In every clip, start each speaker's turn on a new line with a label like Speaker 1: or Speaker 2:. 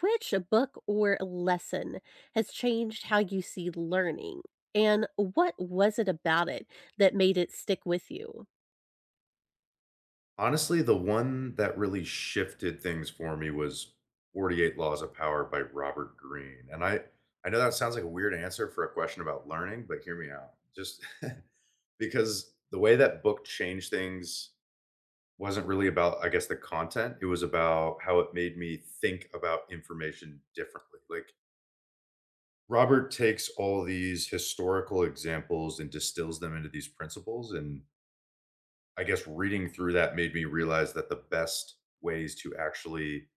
Speaker 1: Which book or lesson has changed how you see learning? And what was it about it that made it stick with you?
Speaker 2: Honestly, the one that really shifted things for me was 48 Laws of Power by Robert Greene, and I know that sounds like a weird answer for a question about learning, but hear me out. Just because the way that book changed things wasn't really about, I guess, the content. It was about how it made me think about information differently. Like Robert takes all these historical examples and distills them into these principles, and I guess reading through that made me realize that the best ways to actually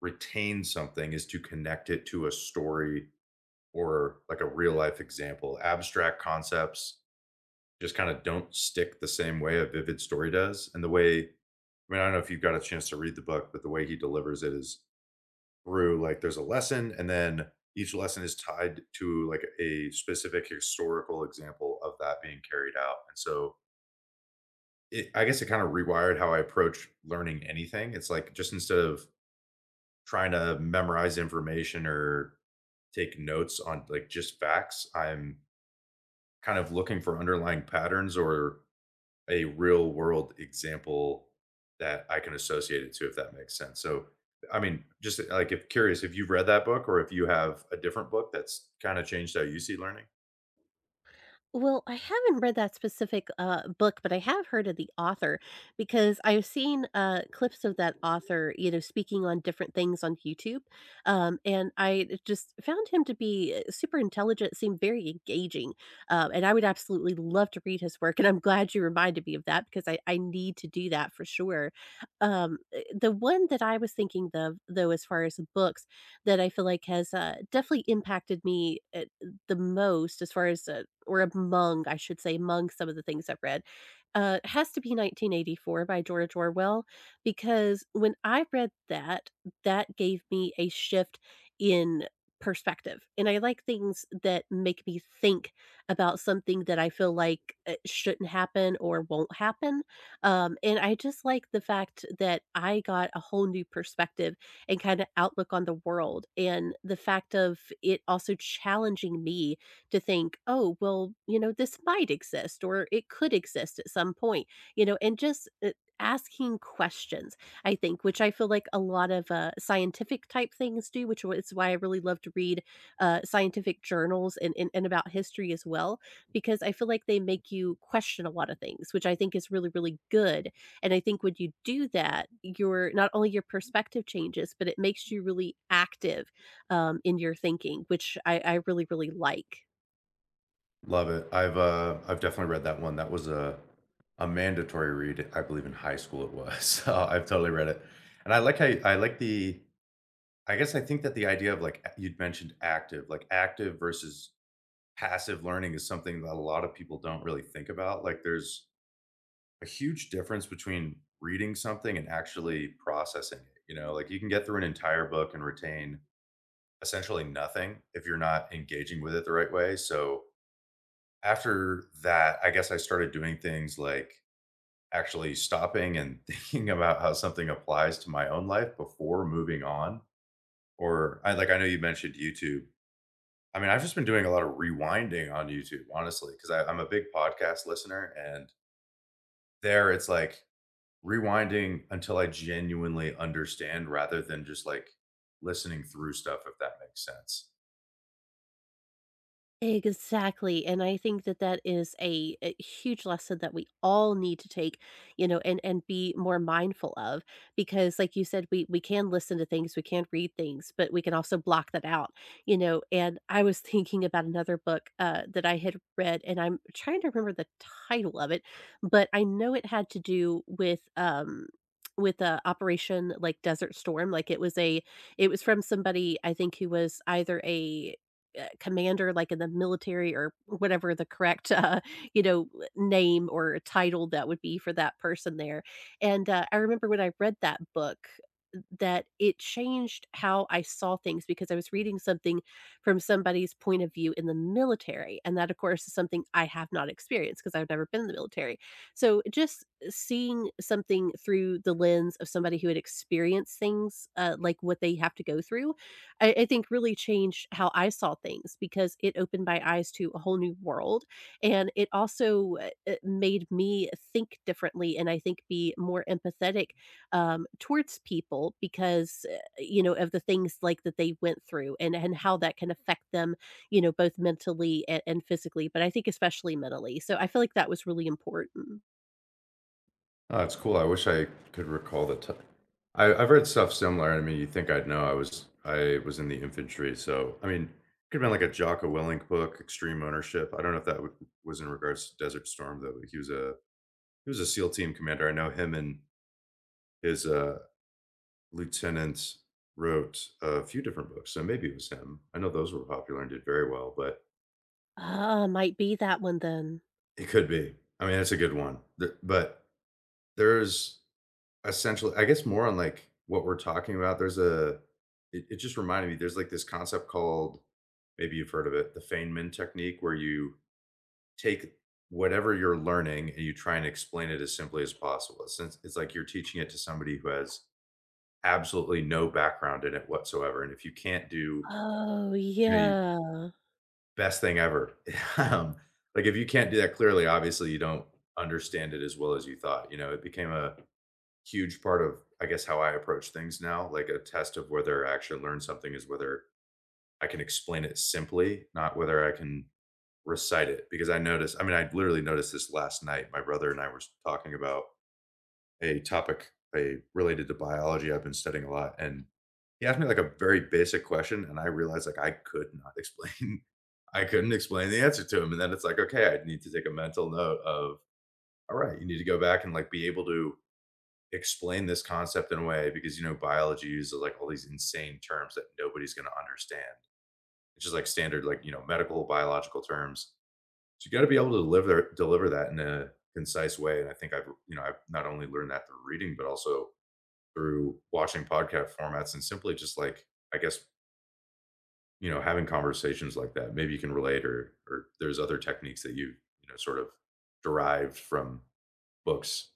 Speaker 2: retain something is to connect it to a story or like a real life example. Abstract concepts just kind of don't stick the same way a vivid story does. And the way, I mean, I don't know if you've got a chance to read the book, but the way he delivers it is through like there's a lesson, and then each lesson is tied to like a specific historical example of that being carried out. And so it, I guess it kind of rewired how I approach learning anything. It's like just instead of trying to memorize information or take notes on like just facts, I'm kind of looking for underlying patterns or a real world example that I can associate it to, if that makes sense. So, I mean, just like if curious if you've read that book or if you have a different book that's kind of changed how you see learning.
Speaker 1: Well, I haven't read that specific, book, but I have heard of the author because I've seen, clips of that author, you know, speaking on different things on YouTube, and I just found him to be, super intelligent, seemed very engaging, and I would absolutely love to read his work, and I'm glad you reminded me of that because I need to do that for sure. The one that I was thinking of, though, as far as books that I feel like has, definitely impacted me, the most as far as, or among, I should say, among some of the things I've read, has to be 1984 by George Orwell, because when I read that, that gave me a shift in perspective. And I like things that make me think about something that I feel like shouldn't happen or won't happen. And I just like the fact that I got a whole new perspective and kind of outlook on the world. And the fact of it also challenging me to think, oh, well, you know, this might exist or it could exist at some point, you know, and just asking questions, I think, which I feel like a lot of scientific type things do, which is why I really love to read scientific journals and about history as well, because I feel like they make you question a lot of things, which I think is really, really good, and I think when you do that, your not only your perspective changes, but it makes you really active, in your thinking, which I really, really like.
Speaker 2: Love it. I've definitely read that one. That was a mandatory read, I believe in high school it was. So I've totally read it. And I like how you, I like the I guess I think that the idea of like you'd mentioned active, like active versus passive learning is something that a lot of people don't really think about. Like there's a huge difference between reading something and actually processing it, you know? Like you can get through an entire book and retain essentially nothing if you're not engaging with it the right way. So after that, I guess I started doing things like actually stopping and thinking about how something applies to my own life before moving on. Or I like I know you mentioned YouTube. I mean, I've just been doing a lot of rewinding on YouTube, honestly, because I'm a big podcast listener, and there it's like rewinding until I genuinely understand rather than just like listening through stuff, if that makes sense.
Speaker 1: Exactly, and I think that that is a huge lesson that we all need to take, you know, and be more mindful of because like you said, we can listen to things, we can read things, but we can also block that out, you know, and I was thinking about another book, that I had read and I'm trying to remember the title of it, but I know it had to do with a operation like Desert Storm, like it was a it was from somebody I think who was either a commander, like, in the military or whatever the correct, you know, name or title that would be for that person there, and, I remember when I read that book, that it changed how I saw things because I was reading something from somebody's point of view in the military, and that, of course, is something I have not experienced because 'cause I've never been in the military, so just seeing something through the lens of somebody who had experienced things, like what they have to go through, I think really changed how I saw things because it opened my eyes to a whole new world, and it also, made me think differently and I think be more empathetic, towards people because, you know, of the things, like, that they went through and how that can affect them, you know, both mentally and physically, but I think especially mentally, so I feel like that was really important.
Speaker 2: Oh, it's cool. I wish I could recall the time. I've read stuff similar. I mean, you think I'd know. I was in the infantry, so I mean, it could have been like a Jocko Willink book, Extreme Ownership. I don't know if was in regards to Desert Storm though. He was a SEAL team commander. I know him and his lieutenant wrote a few different books, so maybe it was him. I know those were popular and did very well, but
Speaker 1: Ah, might be that one then.
Speaker 2: it could be. I mean, that's a good one. But there's Essentially I guess more on, like, what we're talking about, there's a it just reminded me, there's, like, this concept called maybe you've heard of it, the Feynman technique, where you take whatever you're learning and you try and explain it as simply as possible. Since it's like you're teaching it to somebody who has absolutely no background in it whatsoever, and if you can't do,
Speaker 1: Oh,
Speaker 2: you know, you
Speaker 1: yeah.
Speaker 2: best thing ever. Um, like, if you can't do that clearly, obviously, you don't understand it as well as you thought, you know? It became a huge part of, I guess, how I approach things now, like a test of whether I actually learn something is whether I can explain it simply, not whether I can recite it. Because I noticed, I mean, I literally noticed this last night. My brother and I were talking about a topic related to biology I've been studying a lot. And he asked me like a very basic question, and I realized like I could not explain. I couldn't explain the answer to him. And then it's like, okay, I need to take a mental note of, all right, you need to go back and like be able to explain this concept in a way because you know biology uses like all these insane terms that nobody's going to understand. It's just like standard like you know medical biological terms, so you got to be able to deliver that in a concise way. And I think I've, you know, I've not only learned that through reading, but also through watching podcast formats and simply just like, I guess, you know, having conversations like that. Maybe you can relate, or there's other techniques that you know, sort of derived from books.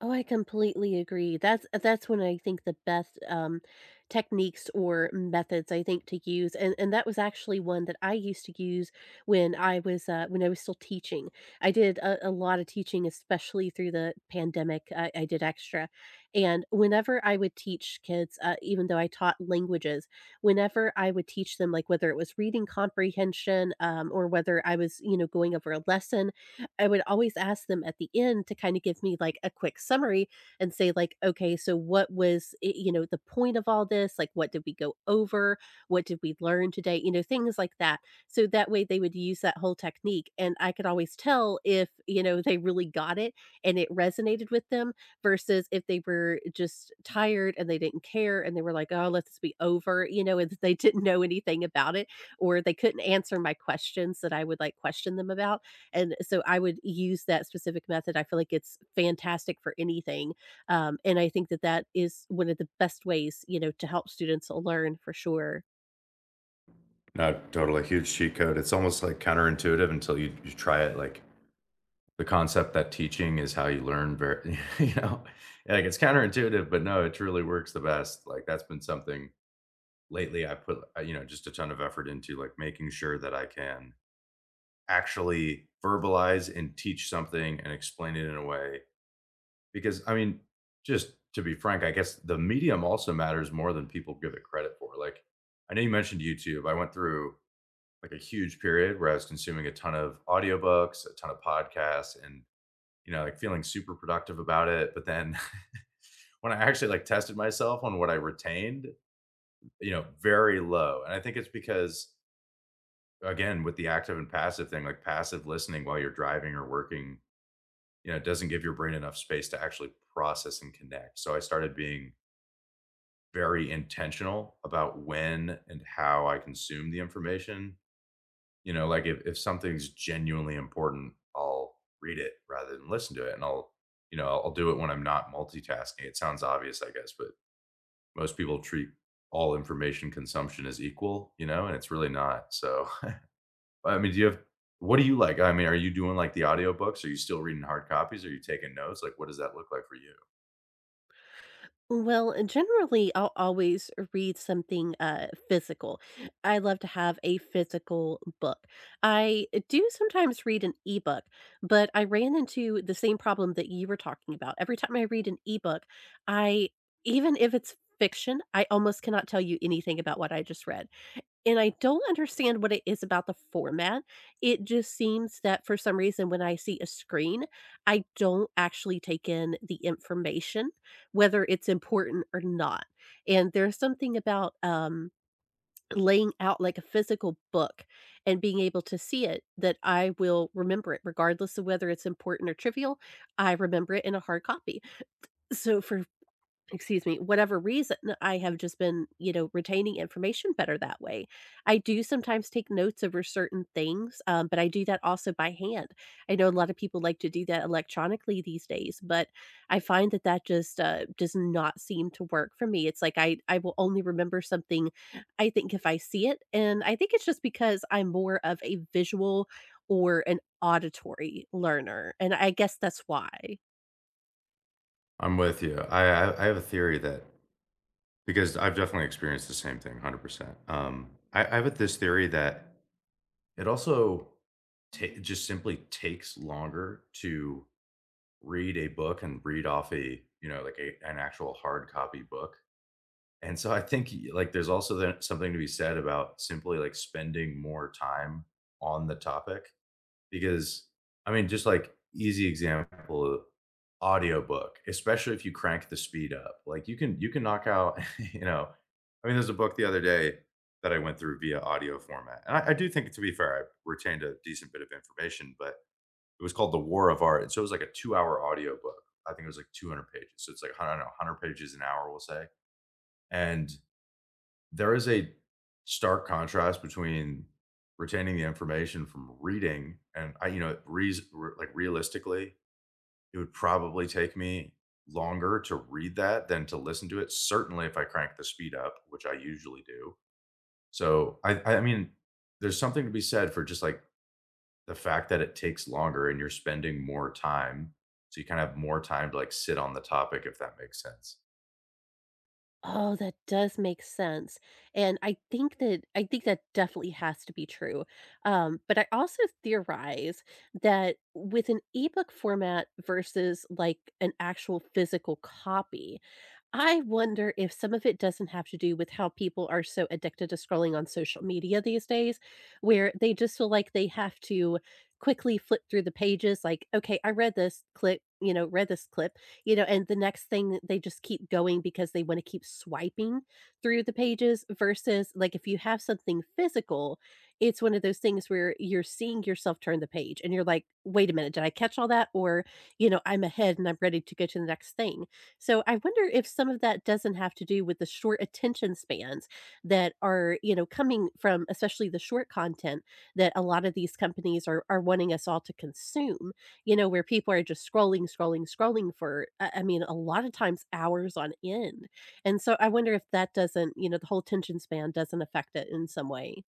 Speaker 1: Oh, I completely agree. That's when I think the best techniques or methods I think to use, and that was actually one that I used to use when I was when I was still teaching. I did a lot of teaching, especially through the pandemic. I did extra, and whenever I would teach kids, even though I taught languages, whenever I would teach them, like whether it was reading comprehension, or whether I was, you know, going over a lesson, I would always ask them at the end to kind of give me like a quick summary and say like, okay, so what was, you know, the point of all this? Like, what did we go over? What did we learn today? You know, things like that. So that way they would use that whole technique and I could always tell if, you know, they really got it and it resonated with them versus if they were just tired and they didn't care and they were like, oh, let this be over, you know, and they didn't know anything about it or they couldn't answer my questions that I would like question them about and so I would use that specific method. I feel like it's fantastic for anything. And I think that that is one of the best ways, you know, to help students learn for sure.
Speaker 2: No, totally. Huge cheat code. It's almost like counterintuitive until you try it. Like the concept that teaching is how you learn, very, you know, like it's counterintuitive, but no, it truly works the best. Like that's been something lately I put, you know, just a ton of effort into, like making sure that I can actually verbalize and teach something and explain it in a way. Because, I mean, just to be frank, I guess the medium also matters more than people give it credit for. Like, I know you mentioned YouTube. I went through like a huge period where I was consuming a ton of audiobooks, a ton of podcasts, and you know, like feeling super productive about it. But then when I actually like tested myself on what I retained, you know, very low. And I think it's because again, with the active and passive thing, like passive listening while you're driving or working, you know, doesn't give your brain enough space to actually process and connect. So I started being very intentional about when and how I consume the information. You know, like if something's genuinely important, I'll read it rather than listen to it, and I'll you know, I'll do it when I'm not multitasking. It sounds obvious, I guess, but most people treat all information consumption as equal, you know, and it's really not. So, I mean, do you have what do you like? I mean, are you doing like the audiobooks? Are you still reading hard copies? Are you taking notes? Like, what does that look like for you?
Speaker 1: Well, and generally, I'll always read something physical. I love to have a physical book. I do sometimes read an ebook, but I ran into the same problem that you were talking about. Every time I read an ebook, I, even if it's fiction, I almost cannot tell you anything about what I just read. And I don't understand what it is about the format. It just seems that for some reason, when I see a screen, I don't actually take in the information, whether it's important or not. And there's something about, laying out like a physical book and being able to see it that I will remember it regardless of whether it's important or trivial. I remember it in a hard copy. So for, excuse me, whatever reason, I have just been, you know, retaining information better that way. I do sometimes take notes over certain things, but I do that also by hand. I know a lot of people like to do that electronically these days, but I find that that just does not seem to work for me. It's like I will only remember something I think if I see it, and I think it's just because I'm more of a visual or an auditory learner, and I guess that's why.
Speaker 2: I'm with you. I have a theory that because I've definitely experienced the same thing, 100%. I have this theory that it also ta it just simply takes longer to read a book and read off a, you know, like a an actual hard copy book. And so I think, y like, there's also that something to be said about simply, like, spending more time on the topic because I mean, just like easy example, audiobook, especially if you crank the speed up. Like you can knock out, you know, I mean, there's a book the other day that I went through via audio format. And I do think to be fair, I retained a decent bit of information, but it was called The War of Art. And so it was like a 2 hour audio book. I think it was like 200 pages. So it's like, I don't know, 100 pages an hour, we'll say. And there is a stark contrast between retaining the information from reading and I you know, reas r like, realistically, it would probably take me longer to read that than to listen to it, certainly if I crank the speed up, which I usually do. So, I mean, there's something to be said for just, like, the fact that it takes longer and you're spending more time, so you kinda have more time to, like, sit on the topic, if that makes sense.
Speaker 1: Oh, that does make sense, and I think that definitely has to be true, but I also theorize that with an ebook format versus, like, an actual physical copy, I wonder if some of it doesn't have to do with how people are so addicted to scrolling on social media these days, where they just feel like they have to quickly flip through the pages, like, "Okay, I read this clip," you know, "read this clip," you know, and the next thing they just keep going because they want to keep swiping through the pages versus like if you have something physical, it's one of those things where you're seeing yourself turn the page and you're like, wait a minute, did I catch all that? Or, you know, I'm ahead and I'm ready to go to the next thing. So I wonder if some of that doesn't have to do with the short attention spans that are, you know, coming from especially the short content that a lot of these companies are wanting us all to consume, you know, where people are just scrolling, scrolling, scrolling for, I mean, a lot of times hours on end. And so I wonder if that doesn't, you know, the whole attention span doesn't affect it in some way.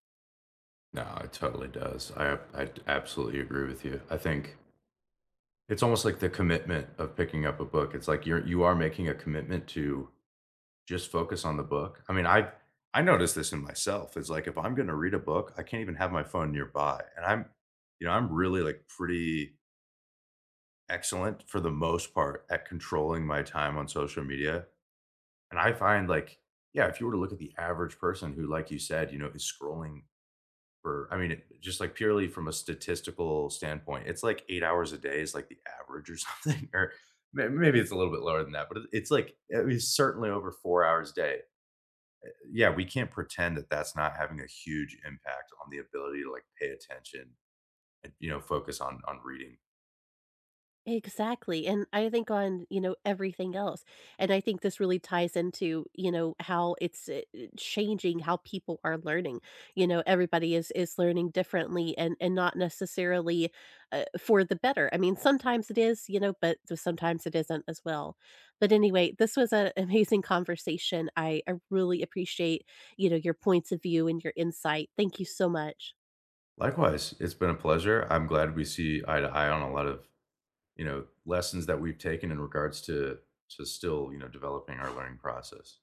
Speaker 2: No, it totally does. I absolutely agree with you. I think it's almost like the commitment of picking up a book. It's like you are making a commitment to just focus on the book. I mean, I noticed this in myself. It's like if I'm gonna read a book, I can't even have my phone nearby. And I'm, you know, I'm really like pretty excellent for the most part at controlling my time on social media. And I find like, yeah, if you were to look at the average person who, like you said, you know, is scrolling for I mean, it just, like, purely from a statistical standpoint, it's like 8 hours a day is, like, the average or something, or maybe it's a little bit lower than that, but it's, like, I mean, certainly over 4 hours a day. Yeah, we can't pretend that that's not having a huge impact on the ability to, like, pay attention and, you know, focus on reading.
Speaker 1: Exactly, and I think on, you know, everything else, and I think this really ties into, you know, how it's, changing how people are learning. You know, everybody is learning differently and not necessarily, for the better. I mean, sometimes it is, you know, but th sometimes it isn't as well. But anyway, this was an amazing conversation. I really appreciate, you know, your points of view and your insight. Thank you so much.
Speaker 2: Likewise, it's been a pleasure. I'm glad we see eye to eye on a lot of, you know, lessons that we've taken in regards to still, you know, developing our learning process.